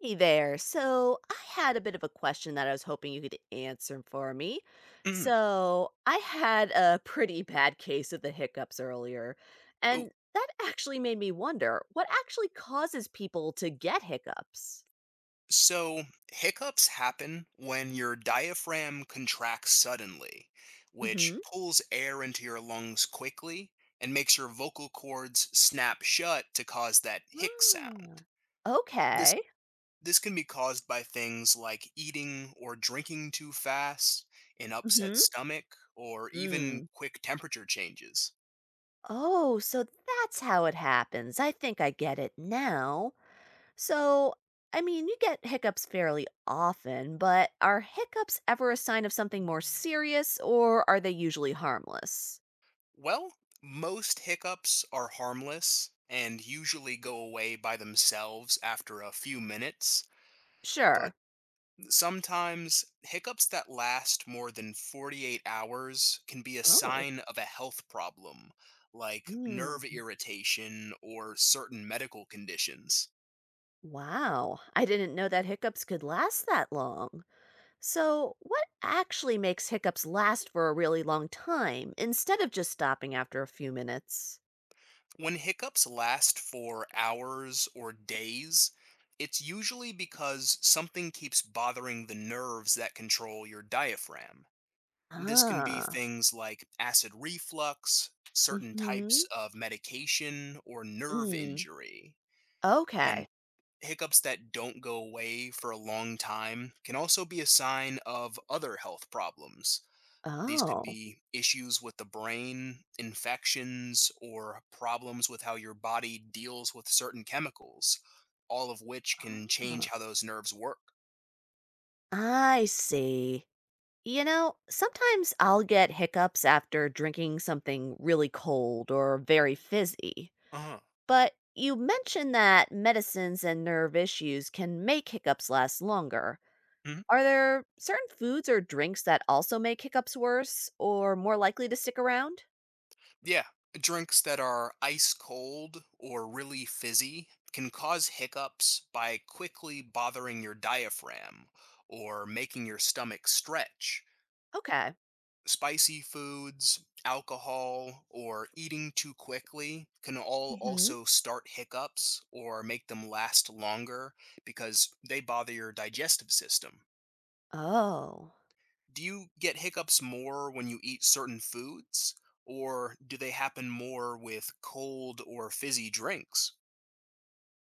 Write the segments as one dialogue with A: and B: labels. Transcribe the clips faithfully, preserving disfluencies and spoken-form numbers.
A: Hey there. So, I had a bit of a question that I was hoping you could answer for me.
B: Mm.
A: So, I had a pretty bad case of the hiccups earlier,
B: Ooh.
A: and that actually made me wonder what actually causes people to get hiccups?
B: So, hiccups happen when your diaphragm contracts suddenly, which
A: Mhm.
B: pulls air into your lungs quickly and makes your vocal cords snap shut to cause that hic
A: Ah.
B: sound. This
A: Okay.
B: this can be caused by things like eating or drinking too fast, an upset
A: Mhm.
B: stomach, or even
A: Mm.
B: quick temperature changes.
A: Oh, so that's how it happens. I think I get it now. So, I mean, you get hiccups fairly often, but are hiccups ever a sign of something more serious or are they usually harmless?
B: Well, most hiccups are harmless and usually go away by themselves after a few minutes, but
A: Sure.
B: sometimes hiccups that last more than forty-eight hours can be a
A: Oh.
B: sign of a health problem, like nerve
A: Hmm.
B: irritation or certain medical conditions.
A: Wow. I didn't know that hiccups could last that long. So, what actually makes hiccups last for a really long time instead of just stopping after a few minutes?
B: When hiccups last for hours or days, it's usually because something keeps bothering the nerves that control your diaphragm. This can be
A: Ah.
B: things like acid reflux, certain types
A: Mhm.
B: of medication, or nerve
A: Mm.
B: injury. And
A: Okay.
B: hiccups that don't go away for a long time can also be a sign of other health problems. These could
A: Oh.
B: be issues with the brain, infections, or problems with how your body deals with certain chemicals, all of which can change
A: Ah.
B: how those nerves work.
A: I see. You know, sometimes I'll get hiccups after drinking something really cold or very fizzy.
B: Uh huh.
A: But you mentioned that medicines and nerve issues can make hiccups last longer. Are there certain foods or drinks that also make hiccups worse or more likely to stick around?
B: Yeah, drinks that are ice cold or really fizzy can cause hiccups by quickly bothering your diaphragm or making your stomach stretch.
A: Okay.
B: Spicy foods, alcohol, or eating too quickly can all
A: Hmm.
B: also start hiccups or make them last longer because they bother your digestive system.
A: Oh.
B: Do you get hiccups more when you eat certain foods, or do they happen more with cold or fizzy drinks?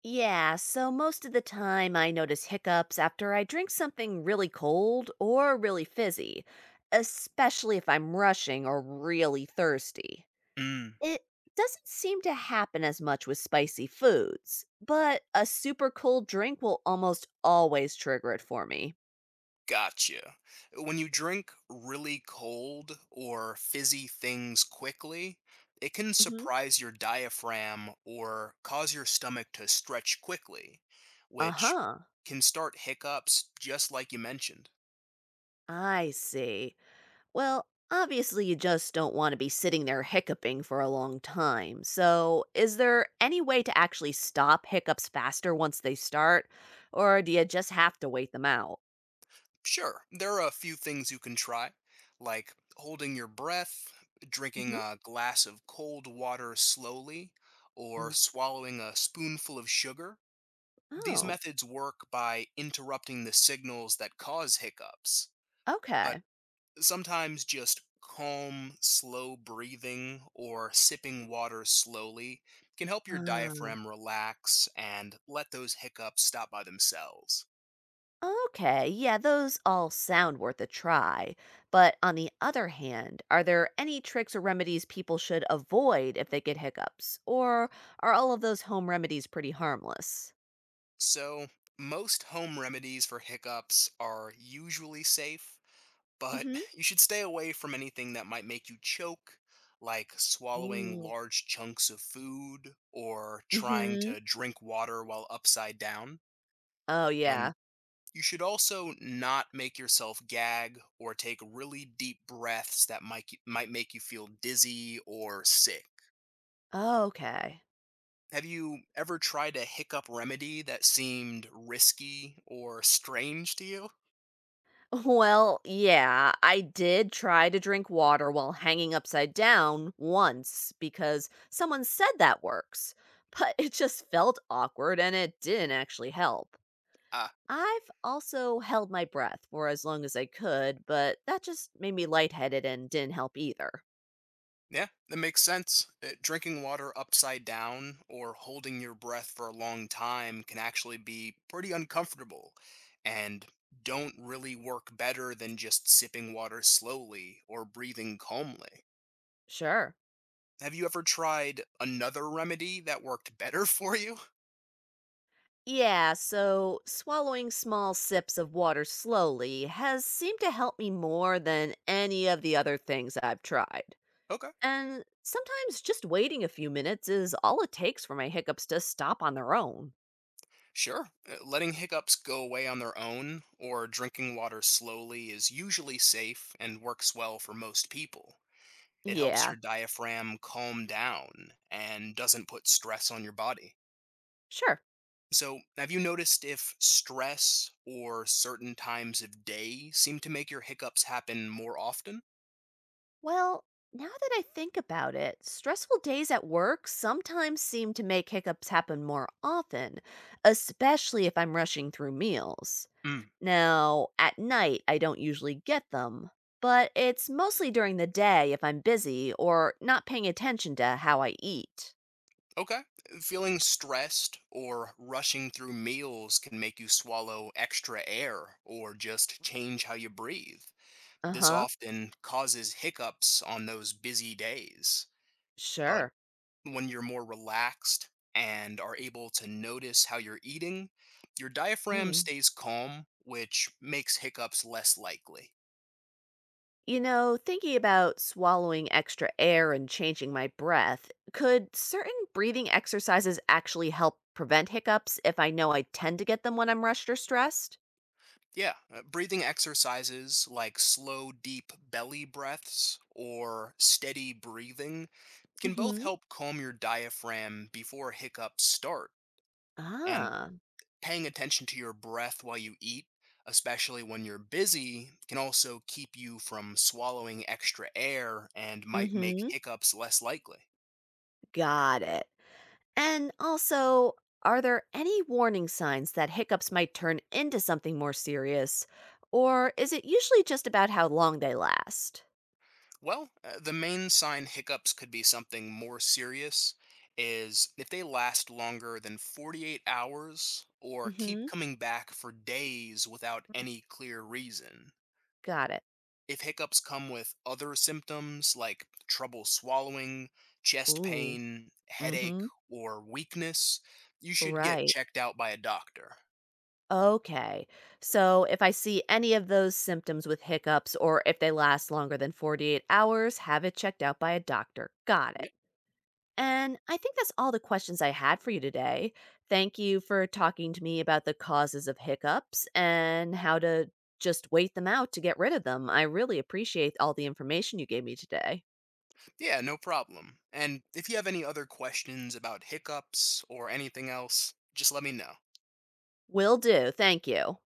A: Yeah, so most of the time I notice hiccups after I drink something really cold or really fizzy, especially if I'm rushing or really thirsty.
B: Mm,
A: It doesn't seem to happen as much with spicy foods, but a super cold drink will almost always trigger it for me.
B: gotcha. When you drink really cold or fizzy things quickly, it can
A: Hmm.
B: surprise your diaphragm or cause your stomach to stretch quickly,
A: Uh
B: which
A: huh.
B: can start hiccups just like you mentioned.
A: I see. Well, obviously, you just don't want to be sitting there hiccuping for a long time. So, is there any way to actually stop hiccups faster once they start? Or do you just have to wait them out?
B: Sure, there are a few things you can try, like holding your breath, drinking a glass of cold water slowly, or
A: Hmm.
B: swallowing a spoonful of sugar. These
A: Oh,
B: methods work by interrupting the signals that cause hiccups, but
A: okay.
B: sometimes just calm, slow breathing or sipping water slowly can help your
A: Uh,
B: diaphragm relax and let those hiccups stop by themselves.
A: okay. Yeah, those all sound worth a try. But on the other hand, are there any tricks or remedies people should avoid if they get hiccups? Or are all of those home remedies pretty harmless?
B: So, most home remedies for hiccups are usually safe, but
A: Mm-hmm.
B: you should stay away from anything that might make you choke, like swallowing large chunks of food or trying
A: Mm-hmm.
B: to drink water while upside down.
A: Oh,
B: And
A: yeah.
B: you should also not make yourself gag or take really deep breaths that might might make you feel dizzy or sick.
A: Oh, okay.
B: Have you ever tried a hiccup remedy that seemed risky or strange to you?
A: Well, yeah, I did try to drink water while hanging upside down once because someone said that works, but it just felt awkward and it didn't actually help.
B: Ah.
A: I've also held my breath for as long as I could, but that just made me lightheaded and didn't help either.
B: Yeah, that makes sense. Uh, Drinking water upside down or holding your breath for a long time can actually be pretty uncomfortable and don't really work better than just sipping water slowly or breathing calmly.
A: Sure.
B: Have you ever tried another remedy that worked better for you?
A: Yeah, so swallowing small sips of water slowly has seemed to help me more than any of the other things I've tried.
B: Okay,
A: And sometimes just waiting a few minutes is all it takes for my hiccups to stop on their own.
B: sure. Uh, Letting hiccups go away on their own or drinking water slowly is usually safe and works well for most people. It helps
A: Yeah,
B: your diaphragm calm down and doesn't put stress on your body.
A: sure.
B: So, have you noticed if stress or certain times of day seem to make your hiccups happen more often?
A: Well, now that I think about it, stressful days at work sometimes seem to make hiccups happen more often, especially if I'm rushing through meals.
B: Mm.
A: Now, at night, I don't usually get them, but it's mostly during the day if I'm busy or not paying attention to how I eat.
B: Okay. Feeling stressed or rushing through meals can make you swallow extra air or just change how you breathe.
A: Uh
B: This
A: huh.
B: often causes hiccups on those busy days. But
A: Sure.
B: when you're more relaxed and are able to notice how you're eating, your diaphragm stays calm, which makes hiccups less likely.
A: You know, thinking about swallowing extra air and changing my breath, could certain breathing exercises actually help prevent hiccups if I know I tend to get them when I'm rushed or stressed?
B: Yeah, uh, breathing exercises like slow, deep belly breaths or steady breathing can both
A: Hmm.
B: help calm your diaphragm before hiccups start. And
A: Ah,
B: paying attention to your breath while you eat, especially when you're busy, can also keep you from swallowing extra air and might make
A: mm-hmm.
B: hiccups less likely.
A: Got it. And also, are there any warning signs that hiccups might turn into something more serious? Or is it usually just about how long they last?
B: Well, uh, the main sign hiccups could be something more serious is if they last longer than forty-eight hours or keep
A: Hmm.
B: coming back for days without any clear reason.
A: Got it.
B: If hiccups come with other symptoms like trouble swallowing, chest
A: Ooh.
B: pain, headache,
A: Mm-hmm.
B: or weakness, you should get
A: Right.
B: checked out by a doctor.
A: Okay. So if I see any of those symptoms with hiccups or if they last longer than forty-eight hours, have it checked out by a doctor. Got it.
B: Yep.
A: And I think that's all the questions I had for you today. Thank you for talking to me about the causes of hiccups and how to just wait them out to get rid of them. I really appreciate all the information you gave me today.
B: Yeah, no problem. And if you have any other questions about hiccups or anything else, just let me know.
A: Will do. Thank you.